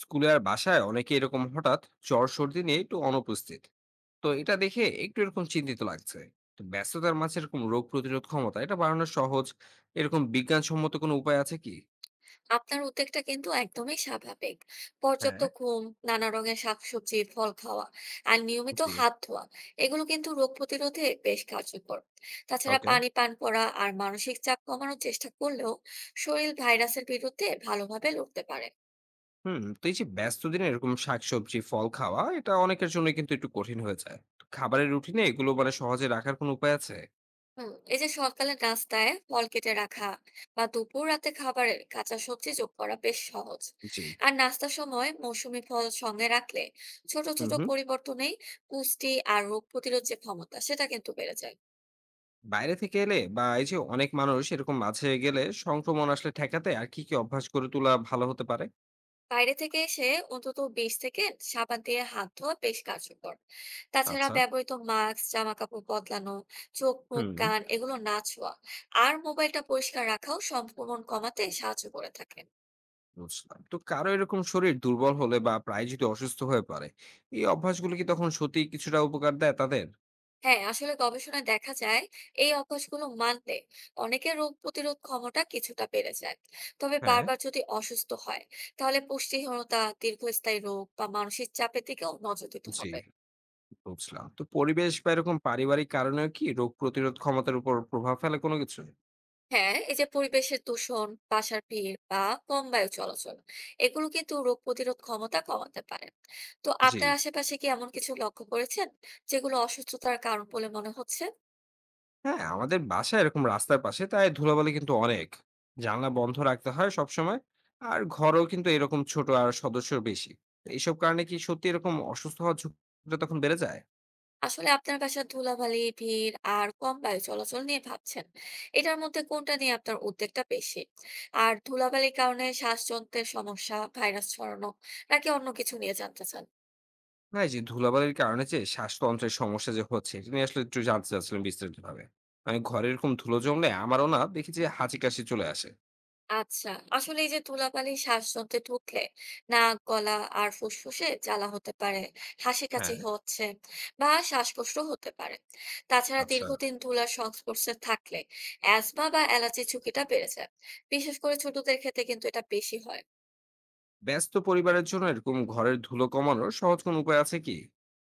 স্কুলে আর বাসায় অনেকে এরকম হঠাৎ জ্বর সর্দি নিয়ে একটু অনুপস্থিত। তো এটা দেখে একটু এরকম চিন্তিত লাগছে। তো ব্যস্ততার মাঝে এরকম রোগ প্রতিরোধ ক্ষমতা এটা বাড়ানোর সহজ এরকম বিজ্ঞানসম্মত কোনো উপায় আছে কি? আপনার উদ্বেগটা কিন্তু একদমই স্বাভাবিক। পর্যাপ্ত হ্যাঁ। ঘুম, নানা রঙের শাকসবজি ফল খাওয়া আর নিয়মিত জি। হাত ধোয়া, এগুলো কিন্তু রোগ প্রতিরোধে বেশ কার্যকর। তাছাড়া ওকে। পানি পান করা আর মানসিক চাপ কমানোর চেষ্টা করলেও শরীর ভাইরাসের বিরুদ্ধে ভালোভাবে লড়তে পারে। হুম, তো এই যে ব্যস্ত দিনে এরকম শাকসবজি ফল খাওয়া এটা অনেকের জন্য কিন্তু একটু কঠিন হয়ে যায়। তো খাবারের রুটিনে এগুলো মানে সহজে রাখার কোনো উপায় আছে? এই যে সকালে নাস্তায় ফল কেটে রাখা বা দুপুর রাতে খাবারের কাঁচা সবজি যোগ করা বেশ সহজ। জি। আর নাস্তার সময় মৌসুমী ফল সঙ্গে রাখলে, ছোট হুম, ছোট হুম। পরিবর্তনেই পুষ্টি আর রোগ প্রতিরোধ যে ক্ষমতা সেটা কিন্তু বেড়ে যায়। বাইরে থেকে এলে বা এই যে অনেক মানুষ এরকম মাঝে গেলে সংক্রমণ আসলে ঠেকাতে আর কি কি অভ্যাস করে তোলা ভালো হতে পারে? বাইরে থেকে এসে অন্তত 20 সেকেন্ড সাবান দিয়ে হাত ধোয়া বেশ কার্যকর। তাছাড়া আচ্ছা। ব্যবহৃত মাস্ক জামা কাপড় বদলানো, চোখ মুখ হুম। কান এগুলো না ছোঁয়া আর মোবাইলটা পরিষ্কার রাখাও সংক্রমণ কমাতে সাহায্য করে থাকে। বুঝলাম, তো কারো এরকম শরীর দুর্বল হলে বা প্রায় যদি অসুস্থ হয়ে পড়ে এই অভ্যাসগুলো কি তখন সত্যি কিছুটা উপকার দেয় তাদের? হ্যাঁ, আসলে গবেষণায় দেখা যায় এই অভ্যাসগুলো মানলে অনেকের রোগ প্রতিরোধ ক্ষমতা কিছুটা বেড়ে যায়। তবে হ্যাঁ। বারবার যদি অসুস্থ হয় তাহলে পুষ্টিহীনতা, দীর্ঘস্থায়ী রোগ বা মানসিক চাপের দিকেও নজর দিতে জি। হবে। বুঝলাম, তো পরিবেশ বা এরকম পারিবারিক কারণেও কি রোগ প্রতিরোধ ক্ষমতার উপর প্রভাব ফেলে কোনো কিছু? হ্যাঁ, এই যে পরিবেশের দূষণ, বাসার ভিড় বা কম বায়ু চলাচল, এগুলো কিন্তু রোগ প্রতিরোধ ক্ষমতা কমাতে পারে। তো জি। আপনার আশেপাশে কি এমন কিছু লক্ষ্য করেছেন যেগুলো অসুস্থতার কারণ বলে মনে হচ্ছে? হ্যাঁ আমাদের বাসায় এরকম রাস্তার পাশে, তাই ধুলাবালি কিন্তু অনেক। জানলা বন্ধ রাখতে হয় সব সময়। আর ঘরও কিন্তু এরকম ছোট আর সদস্য বেশি। এইসব কারণে কি সত্যি এরকম অসুস্থ হওয়ার ঝুঁকিটা তখন বেড়ে যায়? আসলে আপনার বাসার ধুলাবালি, ভিড় আর কম বায়ু চলাচল নিয়ে ভাবছেন। এটার মধ্যে কোনটা নিয়ে আপনার উদ্বেগটা বেশি? আর ধুলাবালির কারণে শ্বাসযন্ত্রের সমস্যা, ভাইরাস ছড়ানো নাকি অন্য কিছু নিয়ে জানতে চান? না, এই যে ধুলাবালির কারণে যে শ্বাসতন্ত্রের সমস্যা যে হচ্ছে এটা নিয়ে আসলে একটু জানতে চাচ্ছিলাম বিস্তারিত ভাবে। মানে ঘরে এরকম ধুলো জমলে আমারও না দেখি যে হাঁচি কাশি চলে আসে। আচ্ছা, আসলে এই যে ধুলাবালি শ্বাসযন্ত্রে ঢুকলে নাক, গলা আর ফুসফুসে জ্বালা হতে পারে, হাসি কাশি হ্যাঁ। হচ্ছে বা শ্বাসকষ্ট হতে পারে। তাছাড়া আচ্ছা। দীর্ঘদিন ধুলার সংস্পর্শে থাকলে অ্যাজমা বা অ্যালার্জির ঝুঁকিটা বেড়ে যায়। বিশেষ করে ছোটদের ক্ষেত্রে কিন্তু এটা বেশি হয়। ব্যস্ত পরিবারের জন্য এরকম ঘরের ধুলো কমানোর সহজ কোন উপায় আছে কি?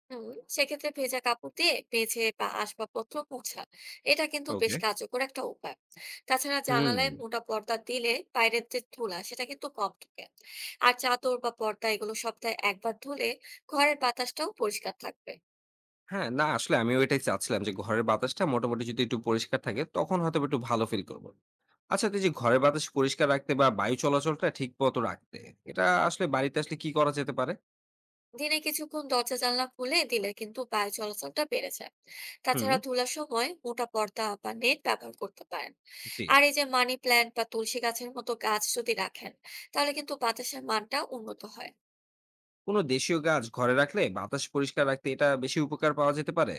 হুম, সেক্ষেত্রে ভেজা কাপড় দিয়ে মেঝে বা আসবাবপত্র মোছা, এটা কিন্তু বেশ ওকে। কার্যকর একটা উপায়। তাছাড়া হুম। জানালায় মোটা পর্দা দিলে বাইরের যে ধুলা সেটা কিন্তু কম ঢোকে। আর চাদর বা পর্দা এগুলো সপ্তাহে একবার ধুলে ঘরের বাতাসটাও পরিষ্কার থাকবে। হ্যাঁ না, আসলে আমিও এটাই চাচ্ছিলাম যে ঘরের বাতাসটা মোটামুটি যদি একটু পরিষ্কার থাকে তখন হয়তো বা একটু ভালো ফিল করবো। আচ্ছা, তো এই যে ঘরের বাতাস পরিষ্কার রাখতে বা বায়ু চলাচলটা ঠিক মতো রাখতে এটা আসলে বাড়িতে আসলে কি করা যেতে পারে? দিনে কিছুক্ষণ দরজা জানলা খুলে দিলে কিন্তু বায়ু চলাচলটা বেড়ে যায়। হুম। তাছাড়া ধুলার সময় মোটা পর্দা বা নেট ব্যবহার করতে পারেন। জি। আর এই যে মানি প্ল্যান্ট বা তুলসী গাছের মতো গাছ যদি রাখেন, তাহলে কিন্তু বাতাসের মানটা উন্নত হয়। কোনো দেশীয় গাছ ঘরে রাখলে বাতাস পরিষ্কার রাখতে এটা বেশি উপকার পাওয়া যেতে পারে?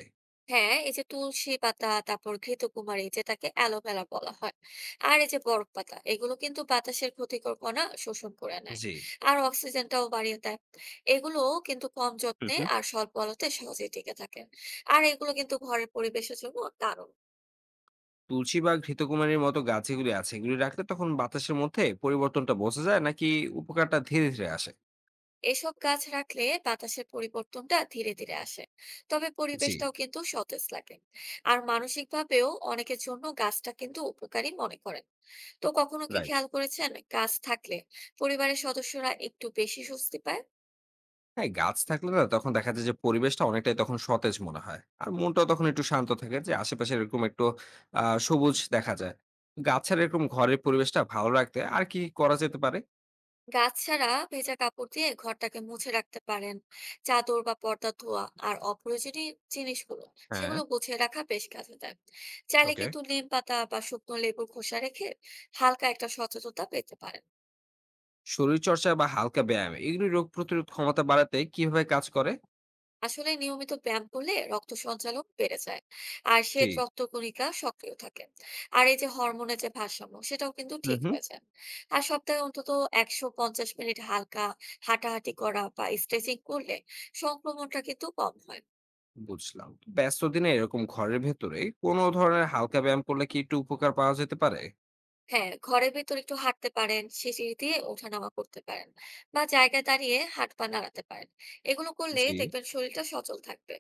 হ্যাঁ, এই যে তুলসী পাতা, তারপর ঘৃতকুমারী যেটাকে অ্যালোভেরা বলা হয়। আর এই যে বরফ পাতা, এগুলো কিন্তু বাতাসের ক্ষতিকর কণা শোষণ করে নেয়। জি। আর অক্সিজেনটাও বাড়িয়ে দেয়। এগুলো কিন্তু কম হুম, যত্নে হুম। আর স্বল্প আলোতে সহজেই টিকে থাকে। আর এগুলো কিন্তু ঘরের পরিবেশের জন্য দারুণ। তুলসী বা ঘৃতকুমারীর মতো গাছ এগুলি আছে, এগুলি রাখলে তখন বাতাসের মধ্যে পরিবর্তনটা বোঝা যায় নাকি? উপকারটা ধীরে ধীরে আসে? এসব গাছ রাখলে বাতাসের পরিবর্তনটা ধীরে ধীরে আসে, তবে জি। পরিবেশটাও কিন্তু সতেজ লাগে। আর মানসিক ভাবেও অনেকের জন্য গাছটা কিন্তু উপকারী মনে করেন। তো কখনো কি রাইট। খেয়াল করেছেন গাছ থাকলে পরিবারের সদস্যরা একটু বেশি স্বস্তি পায়? হ্যাঁ গাছ থাকলে না তখন দেখা যায় যে পরিবেশটা অনেকটাই তখন সতেজ মনে হয় আর মনটাও তখন একটু শান্ত থাকে যে আশেপাশে এরকম একটু সবুজ দেখা যায়। গাছের এরকম ঘরের পরিবেশটা ভালো রাখতে আর কি করা যেতে পারে? গাছ ছাড়া ভেজা কাপড় দিয়ে ঘরটাকে মুছে রাখতে পারেন। চাদর বা পর্দা ধোয়া আর অপ্রয়োজনীয় জিনিসগুলো হ্যাঁ। সেগুলো গুছিয়ে রাখা বেশ কাজে দেয়। চাইলে ওকে। কিন্তু নিম পাতা বা শুকনো লেবুর খোসা রেখে হালকা একটা সচেতনতা পেতে পারেন। শরীরচর্চা বা হালকা ব্যায়াম এগুলি রোগ প্রতিরোধ ক্ষমতা বাড়াতে কিভাবে কাজ করে? আসলে নিয়মিত ব্যায়াম করলে রক্ত সঞ্চালন বেড়ে যায় আর জি। শ্বেত রক্তকণিকা সক্রিয় থাকে। আর এই যে হরমোনের যে ভারসাম্য সেটাও কিন্তু হুম, ঠিক হুম। হয়ে যায়। আর সপ্তাহে অন্তত 150 মিনিট হালকা হাঁটাহাঁটি করা বা স্ট্রেচিং করলে সংক্রমণটা কিন্তু কম হয়। বুঝলাম। ব্যস্ত দিনে এরকম ঘরের ভেতরে কোনো ধরনের হালকা ব্যায়াম করলে কি একটু উপকার পাওয়া যেতে পারে? হ্যাঁ, ঘরের ভেতর একটু হাঁটতে পারেন, সিঁড়ি দিয়ে ওঠানামা করতে পারেন বা জায়গায় দাঁড়িয়ে হাত পা নাড়াতে পারেন। এগুলো করলে জি। দেখবেন শরীরটা সচল থাকবে।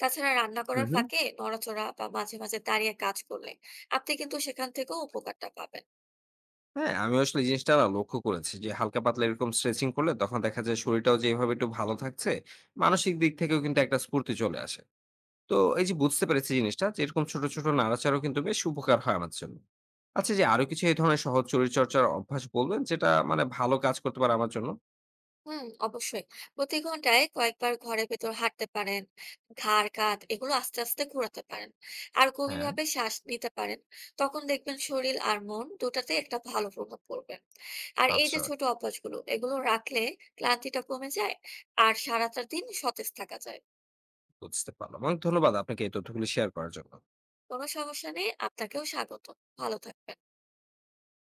তাছাড়া রান্না হুম, করার হুম। ফাঁকে নড়াচড়া বা মাঝে মাঝে দাঁড়িয়ে কাজ করলে আপনি কিন্তু সেখান থেকেও উপকারটা পাবেন। হ্যাঁ আমি আসলে এই জিনিসটা না লক্ষ্য করেছি যে হালকা পাতলা এরকম স্ট্রেচিং করলে তখন দেখা যায় শরীরটাও যেভাবে একটু ভালো থাকছে। মানসিক দিক থেকেও কিন্তু একটা স্ফূর্তি চলে আসে। তো এই যে বুঝতে পেরেছি জিনিসটা যে এরকম ছোট ছোট নাড়াচাড়াও কিন্তু বেশ উপকার হয় আমার জন্য। আচ্ছা, যে আরো কিছু এই ধরনের সহজ শরীরচর্চার অভ্যাস বলবেন যেটা মানে ভালো কাজ করতে পারে আমার জন্য? হুম, অবশ্যই। প্রতি ঘন্টায় কয়েকবার ঘরের ভেতর হাঁটতে পারেন। ঘাড়, কাঁধ এগুলো আস্তে, আস্তে ঘোরাতে পারেন। আর হ্যাঁ। গভীরভাবে শ্বাস নিতে পারেন। তখন দেখবেন শরীর আর মন দুটাতেই একটা ভালো প্রভাব পড়বে। আর এই যে আচ্ছা। ছোট অভ্যাসগুলো, এগুলো রাখলে ক্লান্তিটা কমে যায় আর সারাটা দিন সতেজ থাকা যায়। বুঝতে পারলাম। অনেক ধন্যবাদ আপনাকে এই তথ্যগুলি শেয়ার করার জন্য। কোনো সমস্যা নেই। আপনাকেও স্বাগত। ভালো থাকবেন।